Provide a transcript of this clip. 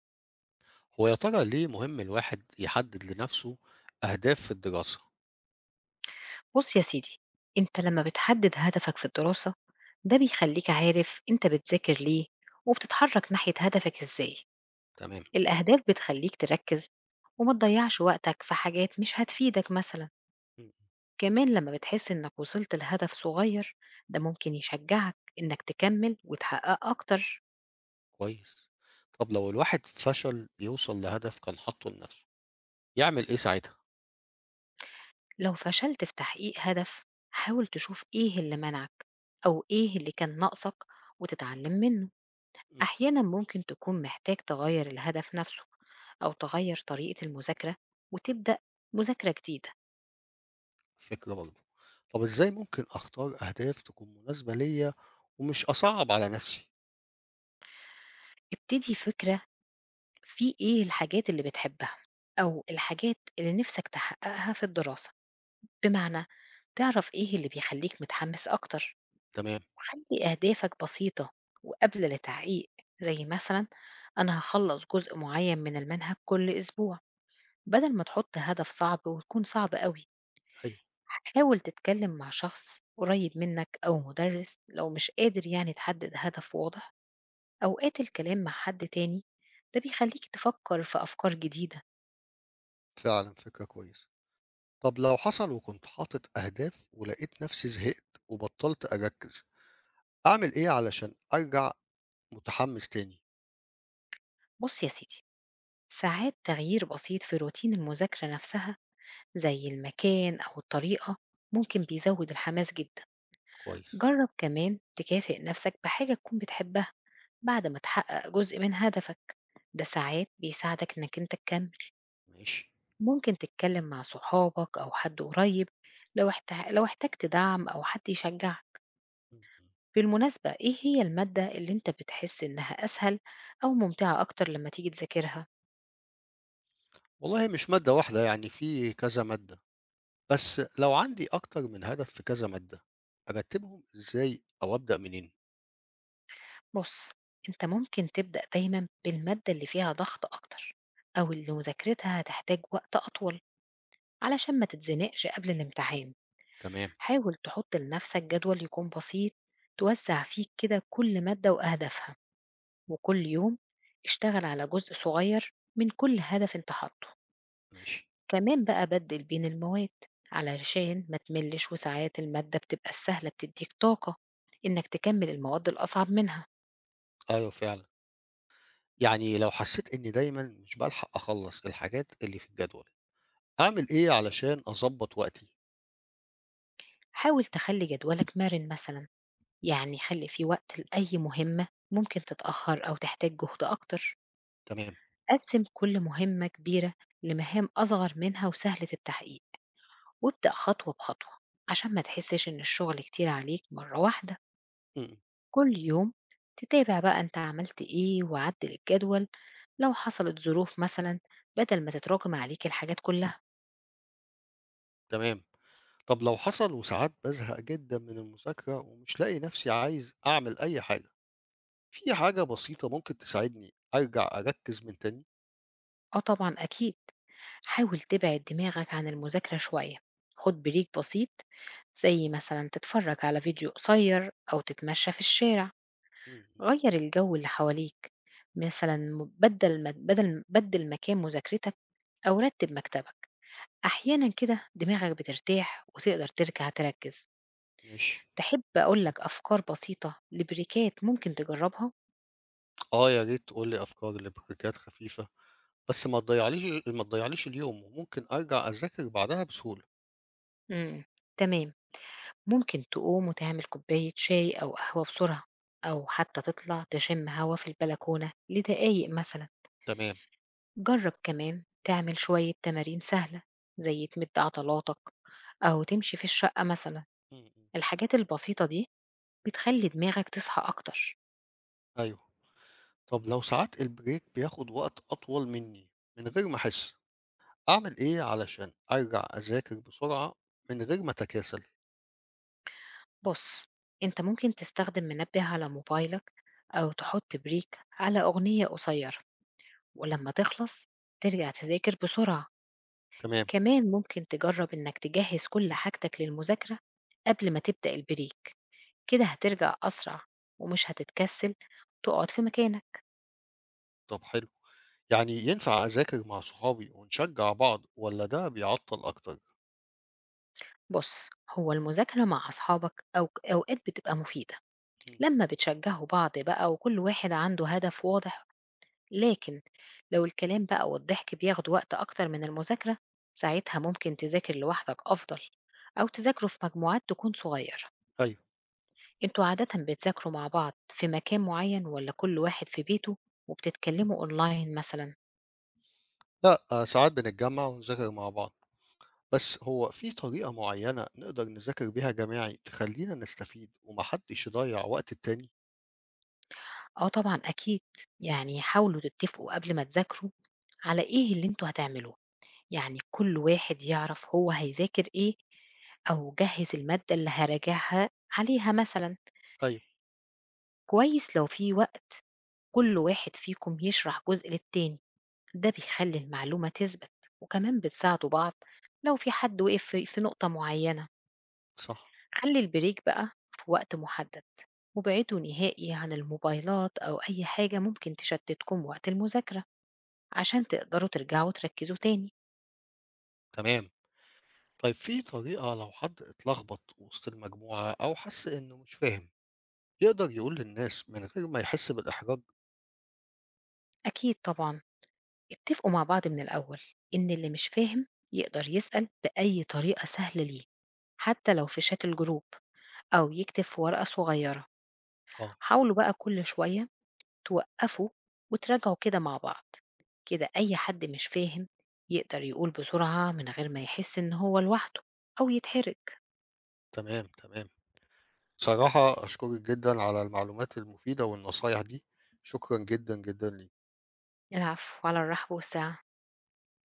هو يا ترى ليه مهم الواحد يحدد لنفسه أهداف في الدراسة؟ بُص يا سيدي، أنت لمّا بتحدد هدفك في الدراسة، ده بيخلّيك عارف أنت بتذاكر ليه، وبتتحرك ناحية هدفك إزاي. تمام، الأهداف بتخلّيك تركّز، وما تضيّعش وقتك في حاجات مش هتفيدك مثلًا. مم. كمان لمّا بتحس إنك وصلت لهدف صغير، ده ممكن يشجعك إنك تكمّل وتحقّقه أكتر. كويس. طب لو الواحد فشل يوصل لهدف كان حاطه لنفسه، يعمل إيه ساعتها؟ لو فشلت في تحقيق هدف، حاول تشوف إيه اللي منعك، أو إيه اللي كان ناقصك وتتعلم منه. مم. أحيانا ممكن تكون محتاج تغير الهدف نفسه أو تغير طريقة المذاكرة وتبدأ مذاكرة جديدة. فكرة برضه. طب إزاي ممكن أختار أهداف تكون مناسبة ليا ومش أصعب على نفسي؟ ابتدي فكرة في إيه الحاجات اللي بتحبها أو الحاجات اللي نفسك تحققها في الدراسة، بمعنى تعرف إيه اللي بيخليك متحمس أكتر. تمام، وخلي أهدافك بسيطة وقابلة لتحقيق، زي مثلا أنا هخلص جزء معين من المنهج كل أسبوع، بدل ما تحط هدف صعب ويكون صعب قوي. أيوه حاول تتكلم مع شخص قريب منك أو مدرس لو مش قادر يعني تحدد هدف واضح. أوقات الكلام مع حد تاني ده بيخليك تفكر في أفكار جديدة. فعلا فكرة كويسة. طب لو حصل وكنت حاطط أهداف ولقيت نفسي زهقت وبطلت أركز، أعمل إيه علشان أرجع متحمس تاني؟ بص يا سيدي، ساعات تغيير بسيط في روتين المذاكرة نفسها زي المكان أو الطريقة ممكن بيزود الحماس جدا. كويس، جرب كمان تكافئ نفسك بحاجة تكون بتحبها بعد ما تحقق جزء من هدفك، ده ساعات بيساعدك إنك أنت تكمل. ماشي. ممكن تتكلم مع صحابك أو حد قريب لو احتجت دعم أو حد يشجعك. مم. بالمناسبة، إيه هي المادة اللي أنت بتحس إنها أسهل أو ممتعة أكتر لما تيجي تذاكرها؟ والله مش مادة واحدة، يعني في كذا مادة، بس لو عندي أكتر من هدف في كذا مادة، أرتّبهم إزاي أو أبدأ منين؟ بص، أنت ممكن تبدأ دايما بالمادة اللي فيها ضغط أكتر أو اللي مذاكرتها هتحتاج وقت أطول علشان ما تتزنقش قبل الامتحان. تمام، حاول تحط لنفسك جدول يكون بسيط توزع فيه كده كل مادة وأهدافها، وكل يوم اشتغل على جزء صغير من كل هدف انت حاطه. ماشي، كمان بقى بدل بين المواد علشان ما تملش، وساعات المادة بتبقى السهلة بتديك طاقة إنك تكمل المواد الأصعب منها. أيوه فعلًا، يعني لو حسّيت إني دايمًا مش بالحق أخلّص الحاجات اللي في الجدول، أعمل إيه علشان أضبّط وقتي؟ حاول تخلي جدولك مرن مثلا، يعني خلي فيه وقت لأي مهمة ممكن تتأخر أو تحتاج جهد أكتر. تمام، قسم كل مهمة كبيرة لمهام أصغر منها وسهلة التحقيق، وابدأ خطوة بخطوة عشان ما تحسش إن الشغل كتير عليك مرة واحدة. إمم، كل يوم تتابع بقى أنت عملت إيه وعدل الجدول لو حصلت ظروف مثلا، بدل ما تتراكم عليك الحاجات كلها. تمام، طَب لو حصل وساعات بازهق جدًا من المذاكرة ومش لاقي نَفْسي عايز أعمل أي حاجة، في حاجة بسيطة ممكن تساعدني أرجع أركّز من تاني؟ آه طبعا أكيد. حاول تبعد دماغك عن المذاكرة شوية، خد بريك بسيط، زي مثلا تتفرج على فيديو قصير أو تتمشى في الشارع. إمم، إمم، غير الجو اللي حواليك، مثلا م- بدل مك- بدل بدل مكان مذاكرتك أو رتب مكتبك. أحيانا كده دماغك بترتاح وتقدر ترجع تركز. ماشي. تحب أقول لك أفكار بسيطة لبريكات ممكن تجرّبها؟ آه، يا ريت تقول لي أفكار لبروجكتات خفيفة، بس ما تضيّعليش اليوم وممكن أرجع أذاكر بعدها بسهولة. إمم، تمام، ممكن تقوم وتعمل كوباية شاي أو قهوة بسرعة، أو حتى تطلع تشم هوا في البلكونة لدقايق مثلًا. تمام. جرّب كمان تعمل شوية تمارين سهلة، زي تمد عضلاتك أو تمشي في الشقة مثلًا. إمم، إمم. الحاجات البسيطة دي بتخلّي دماغك تصحى أكتر. أيوه. طب لو ساعات البريك بياخد وقت أطول منّي من غير ما أحس، أعمل إيه علشان أرجع أذاكر بسرعة من غير ما أتكاسل؟ بُص، أنت ممكن تستخدم منبه على موبايلك أو تحط بريك على أغنية قصيرة. ولما تخلص ترجع تذاكر بسرعة. تمام. كمان ممكن تجرب إنك تجهز كل حاجتك للمذاكرة قبل ما تبدأ البريك، كده هترجع أسرع ومش هتتكسل تقعد في مكانك. طب حلو. يعني ينفع أذاكر مع صحابي ونشجّع بعض والّا ده بيعطّل أكتر؟ بص، هو المذاكرة مع أصحابك أو أوقات بتبقى مفيدة إمم. لما بتشجعوا بعض بقى وكل واحد عنده هدف واضح. لكن لو الكلام بقى والضحك بياخد وقت أكتر من المذاكرة، ساعتها ممكن تذاكر لوحدك أفضل، أو تذاكره في مجموعات تكون صغيرة. أيوه. انتوا عادة بتذاكروا مع بعض في مكان معين، ولا كل واحد في بيته وبتتكلموا اونلاين مثلا؟ لأ، آه، ساعات بنتجمّع ونذاكر مع بعض. بس هو في طريقة معينة نقدر نذاكر بيها جماعي تخلينا نستفيد ومحدش يضيع وقت التاني؟ اه طبعا اكيد. يعني حاولوا تتفقوا قبل ما تذاكروا على ايه اللي انتوا هتعملوه، يعني كل واحد يعرف هو هيذاكر ايه، او جهز المادة اللي هراجعها عليها مثلا. أيوه، كويس لو في وقت كل واحد فيكم يشرح جزء للتاني، ده بيخلي المعلومة تثبت، وكمان بتساعدوا بعض لو في حد وقف في نقطة معينة. صح، خلّي البريك بقى في وقت محدد، وابعدوا نهائي عن الموبايلات أو أي حاجة ممكن تشتتكم وقت المذاكرة، عشان تقدروا ترجعوا تركّزوا تاني. تمام. طيب في طريقة لو حد اتلخبط وسط المجموعة أو حس إنه مش فاهم يقدر يقول للناس من غير ما يحس بالإحراج؟ أكيد طبعًا، اتفقوا مع بعض من الأول إن اللي مش فاهم يقدر يسأل بأي طريقة سهلة ليه، حتى لو في شات الجروب أو يكتب في ورقة صغيّرة. آه، حاولوا بقى كل شوية توقّفوا وتراجعوا كده مع بعض، كده أي حد مش فاهم يقدر يقول بسرعة من غير ما يحس إن هو لوحده أو يتحرج. تمام تمام، صراحة أشكرك جدا على المعلومات المفيدة والنصايح دي، شكرا جدا جدا ليك. العفو، على الرحب والسعة.